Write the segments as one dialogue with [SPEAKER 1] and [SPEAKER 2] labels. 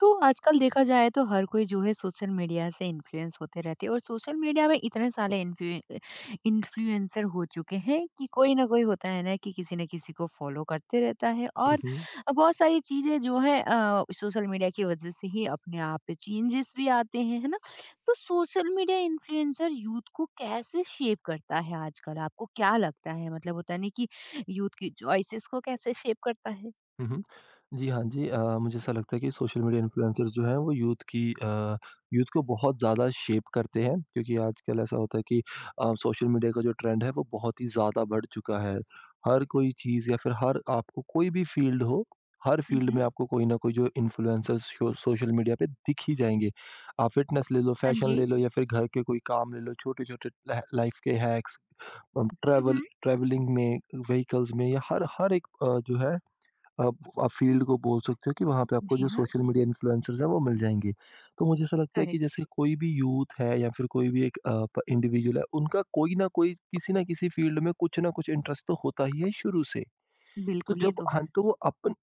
[SPEAKER 1] तो आजकल देखा जाए तो हर कोई जो है सोशल मीडिया से इन्फ्लुएंस होते रहते हैं और सोशल मीडिया में इतने सारे इन्फ्लुएंसर हो चुके हैं कि कोई ना कोई होता है ना कि किसी न किसी को फॉलो करते रहता है।
[SPEAKER 2] हुँ,
[SPEAKER 1] और
[SPEAKER 2] हुँ।
[SPEAKER 1] बहुत सारी चीजें जो है सोशल मीडिया की वजह से ही अपने आप पे चेंजेस भी आते हैं, है ना। तो सोशल मीडिया इन्फ्लुएंसर यूथ को कैसे शेप करता है आजकल, आपको क्या लगता है? मतलब होता नहीं कि यूथ की चॉइसेस को कैसे शेप करता है।
[SPEAKER 2] हुँ, हुँ। जी, हाँ जी। मुझे ऐसा लगता है कि सोशल मीडिया इन्फ्लुएंसर्स जो हैं वो यूथ को बहुत ज़्यादा शेप करते हैं क्योंकि आजकल ऐसा होता है कि सोशल मीडिया का जो ट्रेंड है वो बहुत ही ज़्यादा बढ़ चुका है। हर कोई चीज़ या फिर हर आपको कोई भी फ़ील्ड हो, हर फ़ील्ड
[SPEAKER 1] हम्म,
[SPEAKER 2] में आपको कोई न कोई जो इन्फ्लुएंसर्स शो सोशल मीडिया पे दिख ही जाएँगे। आप फ़िटनेस ले लो,
[SPEAKER 1] हाँ
[SPEAKER 2] फ़ैशन
[SPEAKER 1] जी,
[SPEAKER 2] ले लो या फिर घर के कोई काम ले लो, छोटे-छोटे लह लाइफ़ के हैक्स,
[SPEAKER 1] हम्म,
[SPEAKER 2] ट्रैवल
[SPEAKER 1] हम्म,
[SPEAKER 2] ट्रैवलिंग में, व्हीकल्स में या हर हर एक जो है आप आप फ़ील्ड को बोल सकते हो कि वहाँ पे आपको
[SPEAKER 1] जी
[SPEAKER 2] जो
[SPEAKER 1] हाँ,
[SPEAKER 2] सोशल मीडिया इन्फ्लुएंसर्स हैं वो मिल जाएँगे। तो मुझे ऐसा लगता है कि
[SPEAKER 1] करेक्ट।
[SPEAKER 2] जैसे कोई भी यूथ है या फिर कोई भी एक अ, प इंडिविजुअल है, उनका कोई न कोई किसी न किसी फ़ील्ड में कुछ न कुछ इंटरेस्ट तो होता ही है शुरू से। तो
[SPEAKER 1] बिल्कुल, ये
[SPEAKER 2] जब
[SPEAKER 1] तो
[SPEAKER 2] हाँ,
[SPEAKER 1] है।
[SPEAKER 2] तो वो अपन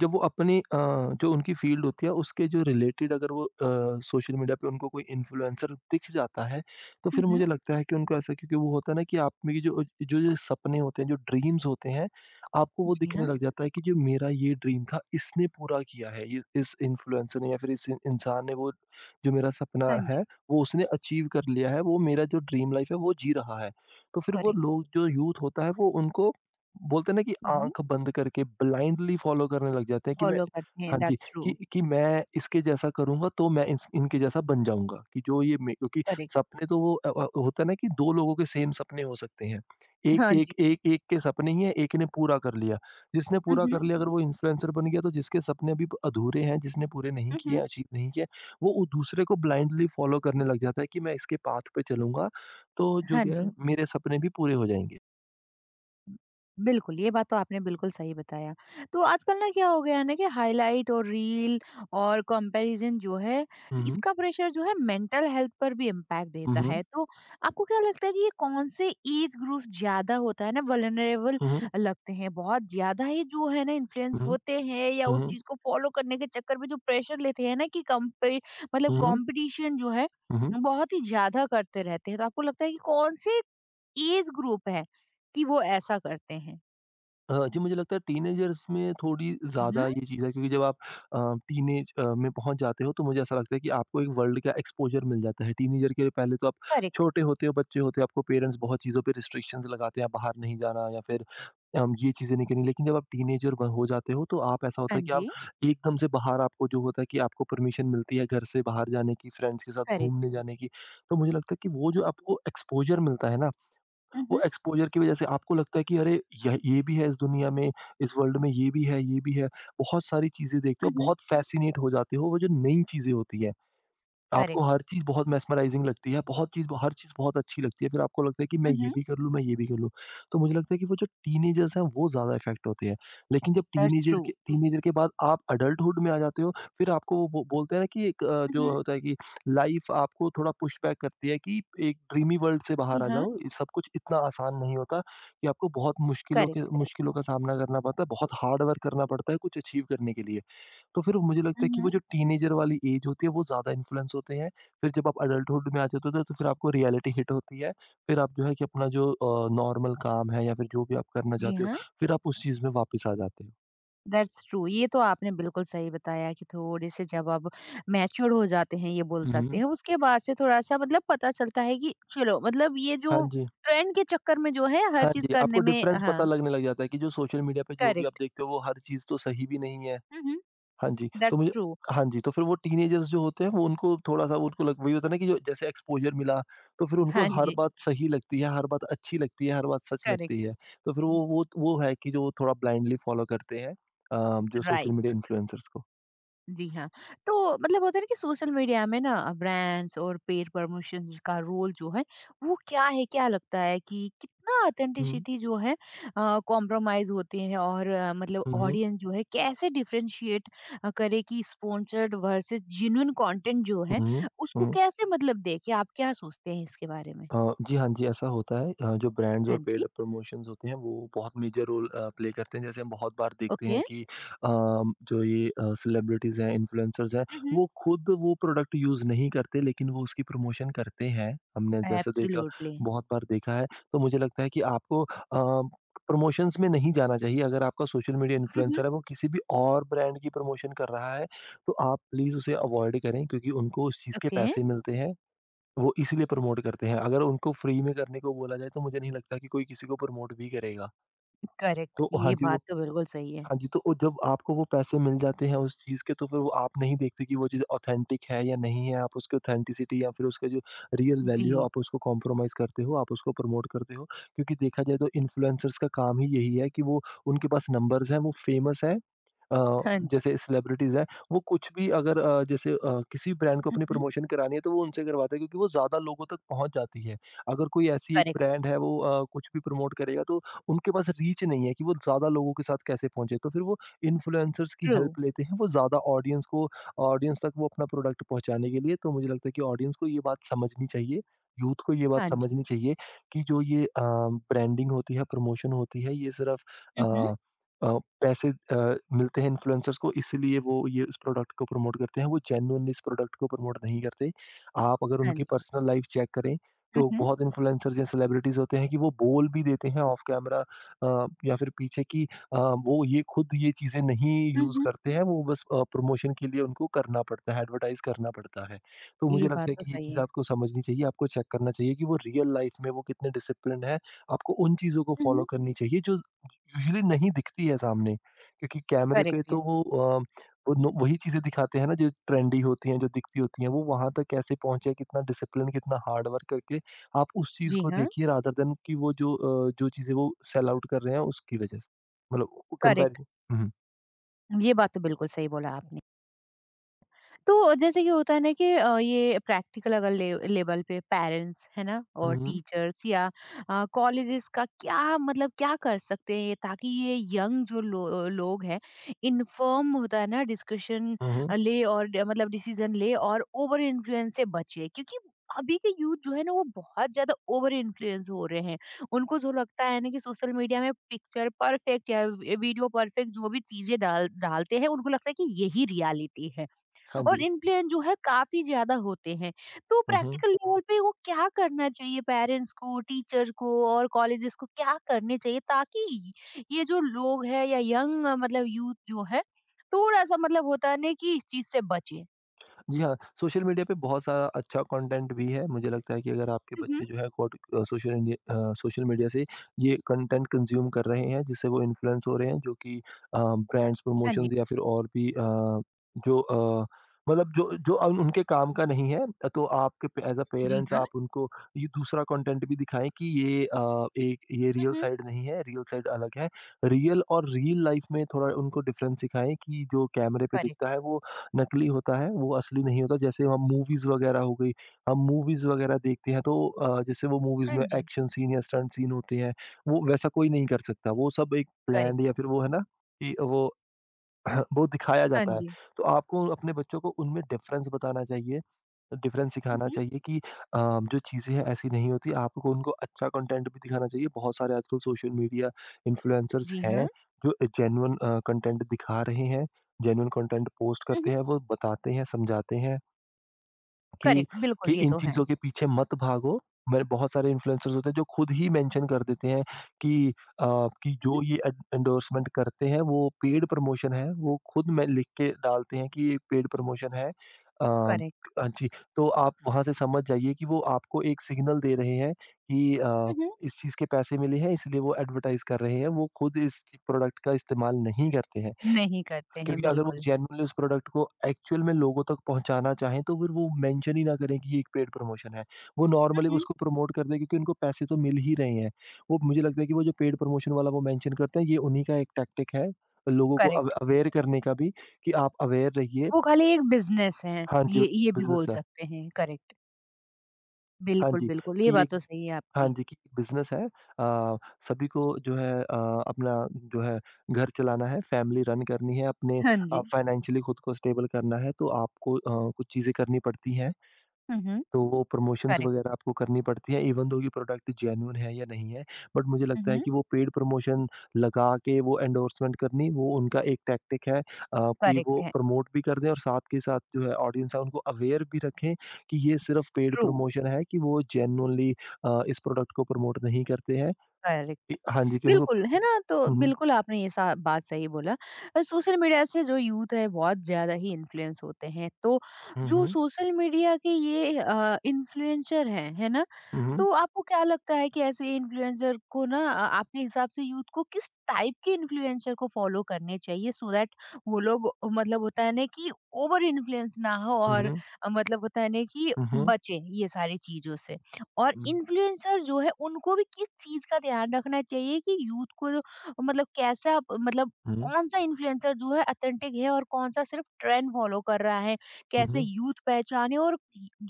[SPEAKER 2] जब वो अपनी जो उनकी फ़ील्ड होती है उसके जो रिलेटेड अगर वो सोशल मीडिया पे उनको कोई इन्फ्लुएंसर दिख जाता है, तो
[SPEAKER 1] हुँ,
[SPEAKER 2] फिर
[SPEAKER 1] हुँ।
[SPEAKER 2] मुझे लगता है कि उनको ऐसा क्योंकि वो होता है ना कि आप में ये जो जो जो सपने होते हैं, जो ड्रीम्स होते हैं, आपको वो
[SPEAKER 1] जी
[SPEAKER 2] दिखने
[SPEAKER 1] हाँ।
[SPEAKER 2] लग जाता है कि जो मेरा ये ड्रीम था इसने पूरा किया है। ये इस इन्फ्लुएंसर ने या फिर इंसान ने वो जो मेरा सपना
[SPEAKER 1] हाँ जी,
[SPEAKER 2] है वो उसने अचीव कर लिया है, वो मेरा जो ड्रीम लाइफ़ है वो जी रहा है। तो फिर वो
[SPEAKER 1] करेक्ट।
[SPEAKER 2] लोग जो यूथ होता है वो उनको बोलते हैं ना कि
[SPEAKER 1] हुँ, हुँ।
[SPEAKER 2] आँख बंद करके ब्लाइंडली फॉलो करने लग जाते हैं कि मैं
[SPEAKER 1] ॉलो करते हैं,
[SPEAKER 2] हाँ जी,
[SPEAKER 1] दैट्स
[SPEAKER 2] कि
[SPEAKER 1] ट्रू,
[SPEAKER 2] कि मैं इसके जैसा करूँगा तो मैं इस इनके जैसा बन जाऊँगा कि जो ये मे क्योंकि
[SPEAKER 1] करेक्ट।
[SPEAKER 2] सपने तो वो होता है ना कि 2 लोगों के सेम सपने हो सकते हैं। एक
[SPEAKER 1] हाँ जी।
[SPEAKER 2] एक एक एक के सपने ही हैं, एक ने पूरा कर लिया। जिसने
[SPEAKER 1] हुँ,
[SPEAKER 2] पूरा
[SPEAKER 1] हुँ।
[SPEAKER 2] कर लिया अगर वो इन्फ्लुएंसर बन गया तो जिसके सपने अभी अधूरे हैं, जिसने पूरे नहीं
[SPEAKER 1] हुँ,
[SPEAKER 2] किए,
[SPEAKER 1] हुँ।
[SPEAKER 2] अचीव नहीं किए, वो उ दूसरे को ब्लाइंडली फॉलो करने लग जाता है कि मैं इसके पाथ पे चलूँगा, तो जो
[SPEAKER 1] हाँ
[SPEAKER 2] क्या है
[SPEAKER 1] जी।
[SPEAKER 2] मेरे सपने भी पूरे हो जाएँगे।
[SPEAKER 1] बिल्कुल, ये बात तो आपने बिल्कुल सही बताया। तो आजकल ना क्या हो गया है ना कि हाइलाइट और रील और कंपैरिज़न जो है,
[SPEAKER 2] हुँ, हुँ।
[SPEAKER 1] इसका प्रेशर जो है मेंटल हेल्थ पर भी इम्पैक्ट
[SPEAKER 2] हुँ,
[SPEAKER 1] देता
[SPEAKER 2] हुँ।
[SPEAKER 1] है। तो आपको क्या लगता है कि ये कौन से एज ग्रुप ज़्यादा होता है ना वल्नरेबल
[SPEAKER 2] हुँ, हुँ।
[SPEAKER 1] लगते हैं? बहुत ज़्यादा ही जो है ना इन्फ्लुएंस
[SPEAKER 2] हुँ,
[SPEAKER 1] होते हैं या
[SPEAKER 2] हुँ,
[SPEAKER 1] उस
[SPEAKER 2] हुँ,
[SPEAKER 1] चीज़ को फॉलो करने के चक्कर में जो प्रेशर लेते हैं ना कि कंपे, मतलब
[SPEAKER 2] हुँ, हुँ,
[SPEAKER 1] कॉम्पिटिशन जो है,
[SPEAKER 2] हुँ, हुँ।
[SPEAKER 1] बहुत ही ज़्यादा करते रहते हैं। तो आपको लगता है कि कौन से एज ग्रुप है कि वो ऐसा करते हैं?
[SPEAKER 2] जी मुझे लगता है टीनेजर्स में थोड़ी
[SPEAKER 1] हुँ,
[SPEAKER 2] ज़्यादा ये चीज़ है क्योंकि जब आप अ, टीनेज में पहुँच जाते हो तो मुझे ऐसा लगता है कि आपको एक वर्ल्ड का एक्सपोज़र मिल जाता है। टीनेजर के पहले तो आप
[SPEAKER 1] करेक्ट,
[SPEAKER 2] छोटे होते हो, बच्चे होते हो, आपको पेरेंट्स बहुत चीज़ों पे रिस्ट्रिक्शंस लगाते हैं, आप बाहर नहीं जाना या फिर ये चीज़ें नहीं करनी। लेकिन जब आप टीनेजर ब हो जाते हो तो आप ऐसा
[SPEAKER 1] हाँ
[SPEAKER 2] होता है कि आप
[SPEAKER 1] जी।
[SPEAKER 2] एकदम से बाहर आपको जो होता है कि आपको परमिशन मिलती है घर से बाहर जाने की, फ्रेंड्स के साथ
[SPEAKER 1] करेक्ट।
[SPEAKER 2] घूमने जाने की। तो मुझे लगता है कि वो जो आपको एक्सपोज़र मिलता है ना वो
[SPEAKER 1] उहुँ,
[SPEAKER 2] एक्सपोज़र की वज़ह से आपको लगता है कि अरे! यह ये भी है इस दुनिया में, इस वर्ल्ड में ये भी है, ये भी है। बहुत सारी चीज़ें देखते हो,
[SPEAKER 1] उहुँ।
[SPEAKER 2] बहुत फ़ैसिनेट हो जाते हो, वो जो नई चीज़ें होती हैं। आपको
[SPEAKER 1] करेक्ट।
[SPEAKER 2] हर चीज़ बहुत मेस्मराइज़िंग लगती है, बहुत चीज़ हर चीज़ बहुत अच्छी लगती है, फिर आपको लगता है कि मैं ये
[SPEAKER 1] उहुँ।
[SPEAKER 2] भी कर लूँ, मैं ये भी कर लूँ। तो मुझे लगता है कि वो जो टीनेजर्स हैं, वो ज़्यादा इफ़ेक्ट होते हैं। लेकिन जब
[SPEAKER 1] दैट्स ट्रू।
[SPEAKER 2] टीनेजर के बाद आप एडल्टहुड में आ जाते हो, फिर आपको वो बो बोलते हैं ना कि एक जो
[SPEAKER 1] उहुँ।
[SPEAKER 2] होता है कि लाइफ़ आपको थोड़ा पुश बैक करती है कि एक ड्रीमी वर्ल्ड से
[SPEAKER 1] जी
[SPEAKER 2] बाहर आ
[SPEAKER 1] हाँ।
[SPEAKER 2] जाओ, ये सब कुछ इतना आसान नहीं होता कि आपको बहुत
[SPEAKER 1] करेक्ट।
[SPEAKER 2] मुश्किलों का सामना करना पड़ता है, बहुत हार्ड वर्क करना पड़ता है कुछ अचीव करने के लिए। तो फिर मुझे लगता है कि
[SPEAKER 1] उहुँ।
[SPEAKER 2] वो जो टीनेजर वाली एज होती है वो ज़्यादा इन्फ्लुएंस होते हैं। फिर जब आप एडल्टहुड में आ जाते हो तो फिर आपको रियलिटी हिट होती है। फिर आप जो है कि अपना जो नॉर्मल काम है या फिर जो भी आप करना
[SPEAKER 1] जी
[SPEAKER 2] चाहते हो,
[SPEAKER 1] हाँ।
[SPEAKER 2] फिर आप उस चीज़ में वापस आ जाते हो।
[SPEAKER 1] That's true. ये तो आपने बिल्कुल सही बताया कि थोड़े-से जब आप मैच्योर हो जाते हैं, ये बोल
[SPEAKER 2] हुँ,
[SPEAKER 1] सकते
[SPEAKER 2] हुँ।
[SPEAKER 1] हैं, उसके बाद से थोड़ा-सा मतलब पता चलता है कि चलो, मतलब ये
[SPEAKER 2] हाँ
[SPEAKER 1] जो
[SPEAKER 2] जी।
[SPEAKER 1] ट्रेंड के चक्कर में जो है हर
[SPEAKER 2] हाँ
[SPEAKER 1] चीज़
[SPEAKER 2] जी,
[SPEAKER 1] करने
[SPEAKER 2] आपको
[SPEAKER 1] में,
[SPEAKER 2] डिफरेंस पता
[SPEAKER 1] हाँ,
[SPEAKER 2] लगने लग जाता है कि जो सोशल मीडिया पे जो भी आप
[SPEAKER 1] करेक्ट।
[SPEAKER 2] देखते हो वो हर चीज़ तो सही भी नहीं है।
[SPEAKER 1] उहुँ,
[SPEAKER 2] हाँ जी, तो
[SPEAKER 1] दैट्स
[SPEAKER 2] मुझे
[SPEAKER 1] ट्रू।
[SPEAKER 2] हाँ जी, तो फिर वो टीनेजर्स जो होते हैं वो उनको थोड़ा-सा उनको लग वही होता है ना कि जो जैसे एक्सपोज़र मिला, तो फिर उनको
[SPEAKER 1] हाँ
[SPEAKER 2] हर
[SPEAKER 1] जी,
[SPEAKER 2] बात सही लगती है, हर बात अच्छी लगती है, हर बात सच लगती
[SPEAKER 1] करेक्ट।
[SPEAKER 2] है। तो फिर वो
[SPEAKER 1] हुँ,
[SPEAKER 2] वो वो है कि जो थोड़ा ब्लाइंडली फ़ॉलो करते हैं जो सोशल
[SPEAKER 1] राइट।
[SPEAKER 2] मीडिया इन्फ्लुएंसर्स को।
[SPEAKER 1] जी हाँ, तो मतलब होता है ना कि सोशल मीडिया में ना ब्रांड्स और पेड प्रमोशंस का रोल जो है, वो क्या है? क्या लगता है कि कितना
[SPEAKER 2] हुँ,
[SPEAKER 1] ऑथेंटिसिटी जो है कॉम्प्रोमाइज़ होते हैं और मतलब
[SPEAKER 2] हुँ,
[SPEAKER 1] ऑडियंस जो है कैसे डिफरेंशिएट करे कि स्पॉन्सर्ड वर्सेस जेन्युइन कंटेंट जो है,
[SPEAKER 2] हुँ,
[SPEAKER 1] उसको
[SPEAKER 2] हुँ।
[SPEAKER 1] कैसे मतलब देखें? आप क्या सोचते हैं इसके बारे में?
[SPEAKER 2] जी, हाँ जी, ऐसा होता है जो ब्रांड्स
[SPEAKER 1] हाँ
[SPEAKER 2] और
[SPEAKER 1] जी,
[SPEAKER 2] पेड प्रमोशंस होते हैं वो बहुत मेजर रोल प्ले करते हैं। जैसे हम बहुत बार देखते
[SPEAKER 1] ओके।
[SPEAKER 2] हैं कि जो ये सेलिब्रिटीज़ हैं, इन्फ्लुएंसर्स हैं,
[SPEAKER 1] हुँ, हुँ।
[SPEAKER 2] वो खुद वो प्रोडक्ट यूज़ नहीं करते लेकिन वो उसकी प्रमोशन करते हैं। हमने जैसे देखा
[SPEAKER 1] एब्सोल्युटली।
[SPEAKER 2] बहुत बार देखा है। तो मुझे लगता है कि आपको अ, प्रमोशंस में नहीं जाना चाहिए। अगर आपका सोशल मीडिया
[SPEAKER 1] हुँ, हुँ।
[SPEAKER 2] इन्फ्लुएंसर है वो किसी भी और ब्रांड की प्रमोशन कर रहा है, तो आप प्लीज़ उसे अवॉइड करें क्योंकि उनको उस चीज़ के
[SPEAKER 1] ओके,
[SPEAKER 2] पैसे मिलते हैं। वो इसीलिए प्रमोट करते हैं, अगर उनको फ्री में करने को बोला जाए तो मुझे नहीं लगता कि कोई किसी को प्रमोट भी करेगा।
[SPEAKER 1] करेक्ट।
[SPEAKER 2] तो हाँ
[SPEAKER 1] ये
[SPEAKER 2] जी, वो
[SPEAKER 1] बात तो बिल्कुल सही है।
[SPEAKER 2] हाँ जी, तो वो जब आपको वो पैसे मिल जाते हैं उस चीज़ के तो फिर वो आप नहीं देखते कि वो चीज़ ऑथेंटिक है या नहीं है, आप उसकी ऑथेंटिसिटी या फिर उसका जो रियल वैल्यू है
[SPEAKER 1] जी,
[SPEAKER 2] आप उसको कॉम्प्रोमाइज़ करते हो, आप उसको प्रमोट करते हो। क्योंकि देखा जाए तो इन्फ्लुएंसर्स का काम ही यही है कि वो उनके पास नंबर्स हैं, वो फेमस हैं अ,
[SPEAKER 1] हाँ जी।
[SPEAKER 2] जैसे सेलिब्रिटीज़ हैं, वो कुछ भी अगर जैसे किसी ब्रांड को
[SPEAKER 1] हुँ,
[SPEAKER 2] अपनी
[SPEAKER 1] हुँ,
[SPEAKER 2] प्रमोशन करानी है, तो वो उनसे करवाते हैं क्योंकि वो ज़्यादा लोगों तक पहुँच जाती है। अगर कोई ऐसी एक
[SPEAKER 1] करेक्ट।
[SPEAKER 2] ब्रांड है, वो कुछ भी प्रमोट करेगा, तो उनके पास रीच नहीं है कि वो ज़्यादा लोगों के साथ कैसे पहुँचे। तो फिर वो इन्फ्लुएंसर्स की
[SPEAKER 1] ट्रू,
[SPEAKER 2] हेल्प लेते हैं, वो ज़्यादा ऑडियंस तक वो अपना प्रोडक्ट पहुँचाने के लिए। तो मुझे लगता है कि ऑडियंस को ये बात समझनी चाहिए, यूथ को ये बात
[SPEAKER 1] हाँ जी।
[SPEAKER 2] समझनी चाहिए कि जो ये ब्रांडिंग होती है, प्रमोशन होती है, ये सिर्फ़
[SPEAKER 1] हुँ, हुँ।
[SPEAKER 2] अ पैसे मिलते हैं इन्फ्लुएंसर्स को इसीलिए वो ये इस प्रोडक्ट को प्रमोट करते हैं, वो जेन्युइनली इस प्रोडक्ट को प्रमोट नहीं करते। आप अगर
[SPEAKER 1] हाँ
[SPEAKER 2] उनकी
[SPEAKER 1] जी।
[SPEAKER 2] पर्सनल लाइफ़ चेक करें,
[SPEAKER 1] हुँ,
[SPEAKER 2] तो
[SPEAKER 1] हुँ।
[SPEAKER 2] बहुत इन्फ्लुएंसर्स या सेलिब्रिटीज़ होते हैं कि वो बोल भी देते हैं ऑफ कैमरा या फिर पीछे कि अ, वो ये खुद ये चीज़ें नहीं
[SPEAKER 1] हुँ,
[SPEAKER 2] यूज़
[SPEAKER 1] हुँ।
[SPEAKER 2] करते हैं, वो बस प्रमोशन के लिए उनको करना पड़ता है, एडवर्टाइज़ करना पड़ता है। तो
[SPEAKER 1] ये
[SPEAKER 2] मुझे
[SPEAKER 1] बात
[SPEAKER 2] लगता है
[SPEAKER 1] तो
[SPEAKER 2] कि ये
[SPEAKER 1] सही
[SPEAKER 2] चीज़
[SPEAKER 1] है।
[SPEAKER 2] आपको समझनी चाहिए, आपको चेक करना चाहिए कि वो रियल लाइफ़ में वो कितने डिसिप्लिन्ड हैं। आपको उन चीज़ों को
[SPEAKER 1] हुँ,
[SPEAKER 2] फॉलो
[SPEAKER 1] हुँ।
[SPEAKER 2] करनी चाहिए जो यूजुअली नहीं दिखती है सामने क्योंकि कैमरे
[SPEAKER 1] करेक्ट
[SPEAKER 2] पे
[SPEAKER 1] है।
[SPEAKER 2] तो वो वही चीजें दिखाते हैं ना जो ट्रेंडी होती हैं जो दिखती होती हैं वो वहां तक कैसे पहुंचे कितना डिसिप्लिन कितना हार्ड वर्क करके आप उस चीज
[SPEAKER 1] जी
[SPEAKER 2] को
[SPEAKER 1] हाँ,
[SPEAKER 2] देखिए रादर देन कि वो जो चीजें वो सेल आउट कर रहे हैं उसकी वजह से मतलब
[SPEAKER 1] करेक्ट।
[SPEAKER 2] कंपैरिजन हम्म,
[SPEAKER 1] ये बात तो बिल्कुल सही बोला आपने। तो जैसे कि होता है ना कि ये प्रैक्टिकल अगर लेवल पे पेरेंट्स है ना और
[SPEAKER 2] हम्म,
[SPEAKER 1] टीचर्स या कॉलेजेस का क्या मतलब क्या कर सकते हैं ये ताकि ये यंग जो लोग हैं इन्फॉर्म होता है ना, डिस्कशन
[SPEAKER 2] हम्म,
[SPEAKER 1] ले और मतलब डिसीजन ले और ओवर इन्फ्लुएंस से बचे क्योंकि अभी के यूथ जो है ना वो बहुत ज्यादा ओवर इन्फ्लुएंस हो रहे हैं। उनको जो लगता है ना कि सोशल मीडिया में पिक्चर परफेक्ट या वीडियो परफेक्ट जो भी चीजें डालते हैं उनको लगता है कि यही रियलिटी है
[SPEAKER 2] हाँ
[SPEAKER 1] और
[SPEAKER 2] जी।
[SPEAKER 1] इन्फ्लुएंस जो है काफ़ी ज़्यादा होते हैं। तो
[SPEAKER 2] हम्म।
[SPEAKER 1] प्रैक्टिकल लेवल पे वो क्या करना चाहिए पेरेंट्स को, टीचर को और कॉलेजेस को क्या करने चाहिए ताकि ये जो लोग हैं या यंग मतलब यूथ जो है, थोड़ा-सा मतलब होता है ना कि इस चीज़ से बचें?
[SPEAKER 2] जी हाँ, सोशल मीडिया पे बहुत सारा अच्छा कंटेंट भी है। मुझे लगता है कि अगर आपके
[SPEAKER 1] हुँ, हुँ।
[SPEAKER 2] बच्चे जो है कोट सोशल मीडिया से ये कंटेंट कंज़्यूम कर रहे हैं, जिससे वो इन्फ्लुएंस हो रहे हैं जो कि ब्रांड्स,
[SPEAKER 1] हाँ जी।
[SPEAKER 2] प्रमोशंस या फिर और भी अ, जो अ, मतलब जो जो अ, उनके काम का नहीं है। तो आपके प एज़ अ
[SPEAKER 1] जी
[SPEAKER 2] पेरेंट्स
[SPEAKER 1] हाँ।
[SPEAKER 2] आप उनको ये दूसरा कंटेंट भी दिखाएँ कि ये एक ये
[SPEAKER 1] हुँ,
[SPEAKER 2] रियल
[SPEAKER 1] हुँ।
[SPEAKER 2] साइड नहीं है, रियल साइड अलग है। रियल और रील लाइफ़ में थोड़ा उनको डिफ़रेंस सिखाएँ कि जो कैमरे पे दिखता
[SPEAKER 1] करेक्ट।
[SPEAKER 2] है वो नकली होता है, वो असली नहीं होता। जैसे हम मूवीज़ वगैरह हो गई, हम मूवीज़ वगैरह देखते हैं तो जैसे वो मूवीज़
[SPEAKER 1] हाँ
[SPEAKER 2] में
[SPEAKER 1] जी।
[SPEAKER 2] एक्शन सीन या स्टंट सीन होते हैं, वो वैसा कोई नहीं कर सकता। वो सब एक प्लान्ड
[SPEAKER 1] करेक्ट।
[SPEAKER 2] या फिर वो है ना कि वो वो दिखाया
[SPEAKER 1] हाँ
[SPEAKER 2] जाता है।
[SPEAKER 1] जी।
[SPEAKER 2] तो आपको अपने बच्चों को उनमें डिफ़रेंस बताना चाहिए डिफरेंस
[SPEAKER 1] हुँ,
[SPEAKER 2] सिखाना
[SPEAKER 1] हुँ।
[SPEAKER 2] चाहिए कि जो चीज़ें हैं ऐसी नहीं होती, आपको उनको अच्छा कंटेंट भी दिखाना चाहिए। बहुत सारे आजकल सोशल मीडिया इन्फ्लुएंसर्स
[SPEAKER 1] जी हाँ।
[SPEAKER 2] हैं जो जेन्युइन कंटेंट दिखा रहे हैं, जेन्युइन कंटेंट पोस्ट
[SPEAKER 1] हुँ,
[SPEAKER 2] करते
[SPEAKER 1] हुँ।
[SPEAKER 2] हैं, वो बताते हैं, समझाते हैं। कि
[SPEAKER 1] करेक्ट,
[SPEAKER 2] कि
[SPEAKER 1] बिल्कुल, ये
[SPEAKER 2] इन
[SPEAKER 1] तो है।
[SPEAKER 2] चीज़ों के पीछे मत भागो। मेरे बहुत सारे इन्फ्लुएंसर्स होते हैं जो खुद ही मेंशन कर देते हैं कि अ, कि
[SPEAKER 1] हुँ,
[SPEAKER 2] जो
[SPEAKER 1] हुँ।
[SPEAKER 2] ये एड एंडोर्समेंट करते हैं वो पेड प्रमोशन है। वो खुद में लिख के डालते हैं कि ये पेड प्रमोशन है। अ,
[SPEAKER 1] करेक्ट।
[SPEAKER 2] हाँ जी, तो आप वहाँ से समझ जाइए कि वो आपको एक सिग्नल दे रहे हैं कि
[SPEAKER 1] हुँ, हुँ।
[SPEAKER 2] इस चीज़ के पैसे मिले हैं इसलिए वो एडवर्टाइज़ कर रहे हैं। वो खुद इस प्रोडक्ट का इस्तेमाल नहीं करते हैं।
[SPEAKER 1] नहीं करते हैं
[SPEAKER 2] क्योंकि अगर वो
[SPEAKER 1] बिल्कुल।
[SPEAKER 2] जेन्युइनली उस प्रोडक्ट को एक्चुअल में लोगों तक पहुँचाना चाहें, तो फिर वो मेंशन ही ना करें कि ये एक पेड प्रमोशन है। वो
[SPEAKER 1] हुँ,
[SPEAKER 2] नॉर्मली
[SPEAKER 1] हुँ।
[SPEAKER 2] उसको प्रमोट कर दें क्योंकि उनको पैसे तो मिल ही रहे हैं। वो मुझे लगता है कि वो जो पेड प्रमोशन वाला वो मेंशन करते हैं, ये उन्हीं का एक टैक्टिक है, लोगों को अव
[SPEAKER 1] करेक्ट।
[SPEAKER 2] अवेयर करने का भी कि आप अवेयर रहिए।
[SPEAKER 1] वो खाली एक बिज़नेस है,
[SPEAKER 2] हाँ जी,
[SPEAKER 1] ये भी बोल
[SPEAKER 2] बिज़नेस है।
[SPEAKER 1] सकते हैं, करेक्ट।
[SPEAKER 2] हाँ
[SPEAKER 1] बिल्कुल,
[SPEAKER 2] जी,
[SPEAKER 1] बिल्कुल, ये
[SPEAKER 2] कि ये
[SPEAKER 1] बात तो सही है
[SPEAKER 2] हाँ
[SPEAKER 1] आपकी।
[SPEAKER 2] जी, कि बिज़नेस है सभी को जो है अपना जो है घर चलाना है, फैमिली रन करनी है, अपने
[SPEAKER 1] हाँ जी।
[SPEAKER 2] फाइनेंशियली खुद को स्टेबल करना है, तो आपको कुछ चीज़ें करनी पड़ती हैं।
[SPEAKER 1] हुँ, हुँ,
[SPEAKER 2] तो वो प्रमोशंस
[SPEAKER 1] करेक्ट।
[SPEAKER 2] वगैरह आपको करनी पड़ती है इवन दो कि प्रोडक्ट जेन्युइन है या नहीं है, बट मुझे
[SPEAKER 1] हुँ,
[SPEAKER 2] लगता है
[SPEAKER 1] हुँ,
[SPEAKER 2] कि वो पेड प्रमोशन लगा के वो एंडोर्समेंट करनी वो उनका एक टैक्टिक है, कि
[SPEAKER 1] करेक्ट
[SPEAKER 2] वो
[SPEAKER 1] है,
[SPEAKER 2] प्रमोट भी कर दें और साथ के साथ जो है ऑडियंस है उनको अवेयर भी रखें कि ये सिर्फ पेड
[SPEAKER 1] ट्रू,
[SPEAKER 2] प्रमोशन है कि वो जेन्युइनली इस प्रोडक्ट को प्रमोट नहीं करते हैं।
[SPEAKER 1] करेक्ट।
[SPEAKER 2] हाँ जी, कि उनको
[SPEAKER 1] बिल्कुल, है ना? तो
[SPEAKER 2] हम्म
[SPEAKER 1] बिल्कुल आपने ये सा बात सही बोला। सोशल मीडिया से जो यूथ है बहुत ज़्यादा ही इन्फ्लुएंस होते हैं। तो
[SPEAKER 2] हम्म
[SPEAKER 1] जो
[SPEAKER 2] हम्म
[SPEAKER 1] सोशल मीडिया के ये इन्फ्लुएंसर हैं, है ना?
[SPEAKER 2] हम्म
[SPEAKER 1] तो आपको क्या लगता है कि ऐसे इन्फ्लुएंसर को ना आपके हिसाब से यूथ को किस टाइप के इन्फ्लुएंसर को फॉलो करने चाहिए सो दैट वो लोग मतलब होता है ना कि ओवर इन्फ्लुएंस ना हो और
[SPEAKER 2] हम्म
[SPEAKER 1] मतलब होता है ना कि
[SPEAKER 2] हम्म हम्म
[SPEAKER 1] बचें ये सारी चीज़ों से? और
[SPEAKER 2] हम्म
[SPEAKER 1] इन्फ्लुएंसर जो है उनको भी किस चीज का ध्यान रखना चाहिए कि यूथ को जो- मतलब कैसा मतलब
[SPEAKER 2] हम्म
[SPEAKER 1] कौन सा इन्फ्लुएंसर जो है अथेंटिक है और कौन सा सिर्फ ट्रेंड फॉलो कर रहा है, कैसे
[SPEAKER 2] हम्म,
[SPEAKER 1] यूथ पहचाने और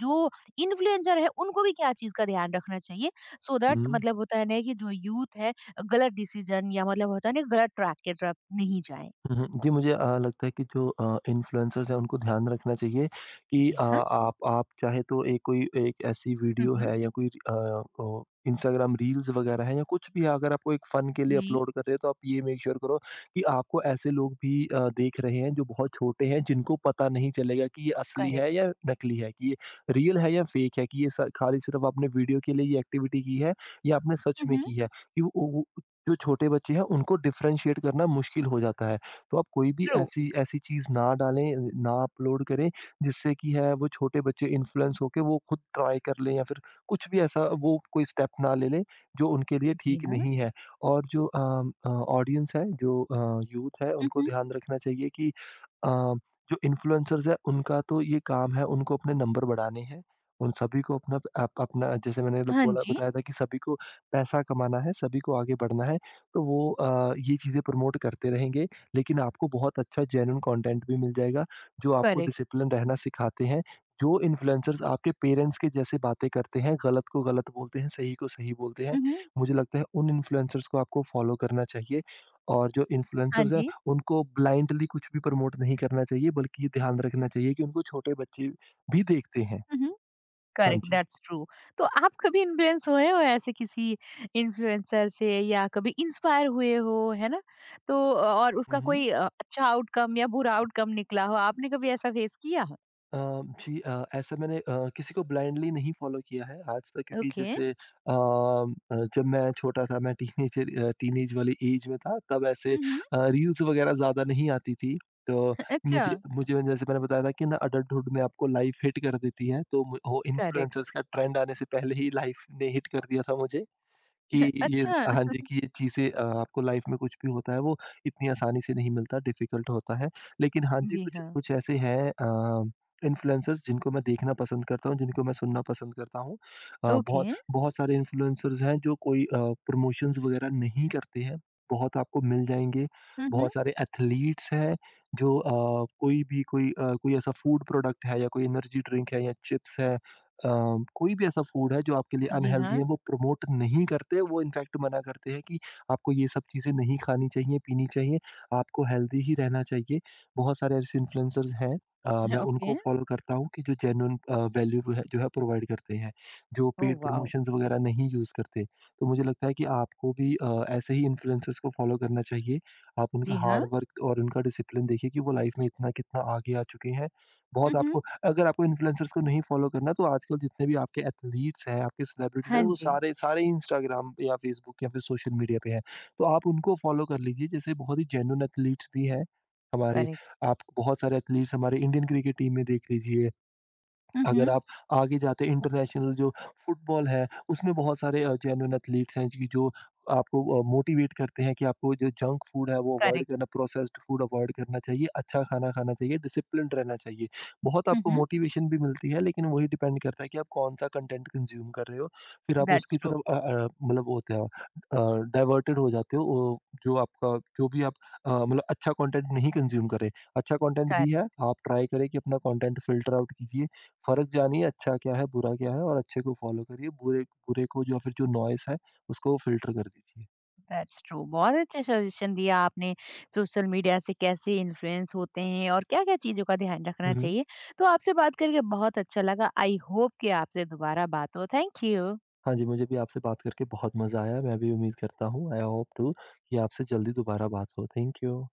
[SPEAKER 1] जो इन्फ्लुएंसर है उनको भी क्या चीज का ध्यान रखना चाहिए so दैट
[SPEAKER 2] हम्म।
[SPEAKER 1] मतलब होता है ना कि जो यूथ है गलत डिसीजन या मतलब होता है ना गलत ट्रैक के तरफ नहीं जाए।
[SPEAKER 2] हुँ, हुँ। जी, मुझे लगता है कि जो इन्फ्लुएंसर्स हैं उनको ध्यान रखना चाहिए कि
[SPEAKER 1] जी
[SPEAKER 2] अ,
[SPEAKER 1] हाँ,
[SPEAKER 2] आप चाहे तो एक कोई एक ऐसी वीडियो
[SPEAKER 1] हम्म,
[SPEAKER 2] है या कोई अ, ओ इंस्टाग्राम रील्स वगैरह है या कुछ भी है, अगर आपको एक फन के लिए
[SPEAKER 1] जी,
[SPEAKER 2] अपलोड कर रहे हो तो आप ये मेक श्योर करो कि आपको ऐसे लोग भी देख रहे हैं जो बहुत छोटे हैं जिनको पता नहीं चलेगा कि ये असली है
[SPEAKER 1] करेक्ट,
[SPEAKER 2] या नकली है, कि ये रियल है या फेक है, कि ये स खाली सिर्फ़ आपने वीडियो के लिए ये एक्टिविटी की है या आपने सच में
[SPEAKER 1] हम्म,
[SPEAKER 2] की है। कि वो जो छोटे बच्चे हैं उनको डिफरेंशिएट करना मुश्किल हो जाता है। तो आप कोई भी
[SPEAKER 1] ट्रू,
[SPEAKER 2] ऐसी ऐसी चीज़ ना डालें, ना अपलोड करें, जिससे कि है वो छोटे बच्चे इन्फ्लुएंस होके वो खुद ट्राई कर लें या फिर कुछ भी ऐसा वो कोई स्टेप ना ले लें, जो उनके लिए
[SPEAKER 1] जी
[SPEAKER 2] ठीक
[SPEAKER 1] हाँ,
[SPEAKER 2] नहीं है। और जो ऑडियंस है, जो यूथ है, उनको
[SPEAKER 1] हम्म,
[SPEAKER 2] ध्यान रखना चाहिए कि अ, जो इन्फ्लुएंसर्स हैं, उनका तो ये काम है, उनको अपने नंबर बढ़ाने हैं। उन सभी को अपना अप अपना जैसे मैंने ल
[SPEAKER 1] हाँ
[SPEAKER 2] बोला
[SPEAKER 1] जी,
[SPEAKER 2] बताया था कि सभी को पैसा कमाना है, सभी को आगे बढ़ना है, तो वो ये चीज़ें प्रमोट करते रहेंगे। लेकिन आपको बहुत अच्छा जेन्युइन कंटेंट भी मिल जाएगा, जो आपको
[SPEAKER 1] करेक्ट,
[SPEAKER 2] डिसिप्लिन रहना सिखाते हैं, जो इन्फ्लुएंसर्स आपके पेरेंट्स के जैसे बातें करते हैं, गलत को गलत बोलते हैं, सही को सही बोलते हैं।
[SPEAKER 1] हम्म,
[SPEAKER 2] मुझे लगता है उन इन्फ्लुएंसर्स को आपको फॉलो करना चाहिए और जो
[SPEAKER 1] हाँ
[SPEAKER 2] इन्फ्लुएंसर्स हैं,
[SPEAKER 1] जी,
[SPEAKER 2] उनको ब्लाइंडली कुछ भी प्रमोट नहीं करना चाहिए, बल्कि ये ध्यान रखना चाहिए कि उनको छोटे बच्चे भी देखते हैं।
[SPEAKER 1] हम्म,
[SPEAKER 2] हाँ
[SPEAKER 1] करेक्ट,
[SPEAKER 2] जी।
[SPEAKER 1] That's true. तो आप कभी इन्फ्लुएंस हुए हो ऐसे किसी इन्फ्लुएंसर से या कभी इंस्पायर हुए हो है ना, तो और
[SPEAKER 2] हुँ,
[SPEAKER 1] उसका
[SPEAKER 2] हुँ।
[SPEAKER 1] कोई अच्छा आउटकम या बुरा आउटकम निकला हो, आपने कभी ऐसा फेस किया?
[SPEAKER 2] अ, जी, ऐसा मैंने किसी को ब्लाइंडली नहीं फ़ॉलो किया है आज तक, क्योंकि
[SPEAKER 1] ओके,
[SPEAKER 2] जैसे अ, जब मैं छोटा था, मैं टीनेज वाली एज में था, तब ऐसे
[SPEAKER 1] हम्म,
[SPEAKER 2] रील्स वग़ैरह ज़्यादा नहीं आती थी। तो
[SPEAKER 1] अच्छा,
[SPEAKER 2] मुझे मुझे मैंने जैसे मैंने बताया था कि ना अडल्टहुड में आपको लाइफ़ हिट कर देती है, तो मु वो
[SPEAKER 1] करेक्ट,
[SPEAKER 2] इन्फ्लुएंसर्स का ट्रेंड आने से पहले ही लाइफ़ ने हिट कर दिया था मुझे। कि ये
[SPEAKER 1] अच्छा,
[SPEAKER 2] हाँ जी, कि ये चीज़ें, आपको लाइफ़ में कुछ भी होता है वो इतनी आसानी से नहीं मिलता, डिफ़िकल्ट होता है। लेकिन हाँ जी,
[SPEAKER 1] जी
[SPEAKER 2] कुछ
[SPEAKER 1] हाँ,
[SPEAKER 2] कुछ ऐसे हैं इन्फ्लुएंसर्स जिनको मैं देखना पसंद करता हूँ, जिनको मैं सुनना पसंद करता हूँ।
[SPEAKER 1] ओके,
[SPEAKER 2] बहुत बहुत सारे इन्फ्लुएंसर्स हैं जो कोई प्रमोशंस वग़ैरह नहीं करते हैं, बहुत आपको मिल जाएँगे।
[SPEAKER 1] हम्म,
[SPEAKER 2] बहुत सारे एथलीट्स हैं जो कोई भी कोई अ, कोई ऐसा फूड प्रोडक्ट है या कोई एनर्जी ड्रिंक है या चिप्स है, अ, कोई भी ऐसा फूड है जो आपके लिए
[SPEAKER 1] जी
[SPEAKER 2] अनहेल्दी
[SPEAKER 1] हाँ,
[SPEAKER 2] है वो प्रमोट नहीं करते, वो इनफैक्ट मना करते हैं कि आपको ये सब चीज़ें नहीं खानी चाहिए, पीनी चाहिए, आपको हेल्दी ही रहना चाहिए। बहुत सारे ऐसे इन्फ्लुएंसर्स हैं मैं
[SPEAKER 1] ओके,
[SPEAKER 2] उनको फ़ॉलो करता हूँ कि जो जेन्युइन वैल्यू जो है प्रोवाइड करते हैं, जो
[SPEAKER 1] ओ
[SPEAKER 2] पेड
[SPEAKER 1] वाओ,
[SPEAKER 2] प्रमोशंस वगैरह नहीं यूज़ करते। तो मुझे लगता है कि आपको भी ऐसे ही इन्फ्लुएंसर्स को फ़ॉलो करना चाहिए। आप उनका
[SPEAKER 1] जी हाँ,
[SPEAKER 2] हार्ड वर्क और उनका डिसिप्लिन देखिए कि वो लाइफ में इतना कितना आगे आ चुके हैं। बहुत
[SPEAKER 1] हम्म,
[SPEAKER 2] आपको, अगर आपको इन्फ्लुएंसर्स को नहीं फॉलो करना तो आजकल जितने भी आपके एथलीट्स हैं, आपके सेलिब्रिटीज़
[SPEAKER 1] हाँ
[SPEAKER 2] हैं, वो
[SPEAKER 1] जी,
[SPEAKER 2] सारे सारे इंस्टाग्राम या फ़ेसबुक या फिर सोशल मीडिया पे हैं। तो आप उनको फॉलो कर लीजिए, जैसे बहुत ही जेन्युइन एथलीट्स भी हैं हमारे।
[SPEAKER 1] करेक्ट,
[SPEAKER 2] आप बहुत सारे एथलीट्स हमारे इंडियन क्रिकेट टीम में देख लीजिए।
[SPEAKER 1] हम्म,
[SPEAKER 2] अगर आप आगे जाते इंटरनेशनल जो फुटबॉल है, उसमें बहुत सारे जेन्युइन एथलीट्स हैं जी जो आपको मोटिवेट करते हैं कि आपको जो जंक फूड है वो अवॉइड
[SPEAKER 1] करेक्ट,
[SPEAKER 2] करना, प्रोसेस्ड फूड अवॉइड करना चाहिए, अच्छा खाना खाना चाहिए, डिसिप्लिन्ड रहना चाहिए। बहुत आपको
[SPEAKER 1] हम्म,
[SPEAKER 2] मोटिवेशन भी मिलती है, लेकिन वही डिपेंड करता है कि आप कौन-सा कंटेंट कंज़्यूम कर रहे हो। फिर आप
[SPEAKER 1] दैट्स
[SPEAKER 2] उसकी
[SPEAKER 1] ट्रू।
[SPEAKER 2] तरफ मतलब वो होते हो डाइवर्टेड हो जाते हो ओ जो आपका जो भी आप मतलब अच्छा कंटेंट नहीं कंज़्यूम कर रहे। अच्छा कंटेंट भी है, आप ट्राई करें कि अपना कंटेंट फ़िल्टर आउट कीजिए, फ़र्क जानिए अच्छा क्या है, बुरा क्या है और अच्छे को फ़ॉलो करिए, बुरे बुरे को या फिर जो नॉइज़ है, उसको फ़िल्टर कर दीजिए।
[SPEAKER 1] दैट्स ट्रू, बहुत अच्छा सजेशन दिया आपने सोशल मीडिया से कैसे इन्फ्लुएंस होते हैं और क्या क्या चीज़ों का ध्यान रखना
[SPEAKER 2] हुँ, हुँ।
[SPEAKER 1] चाहिए। तो आपसे बात करके बहुत अच्छा लगा, आई होप कि आपसे दोबारा बात हो। Thank you.
[SPEAKER 2] हाँ जी, मुझे भी आपसे बात करके बहुत मज़ा आया। मैं भी उम्मीद करता हूँ, आई होप टू, कि आपसे जल्दी दोबारा बात हो। Thank you.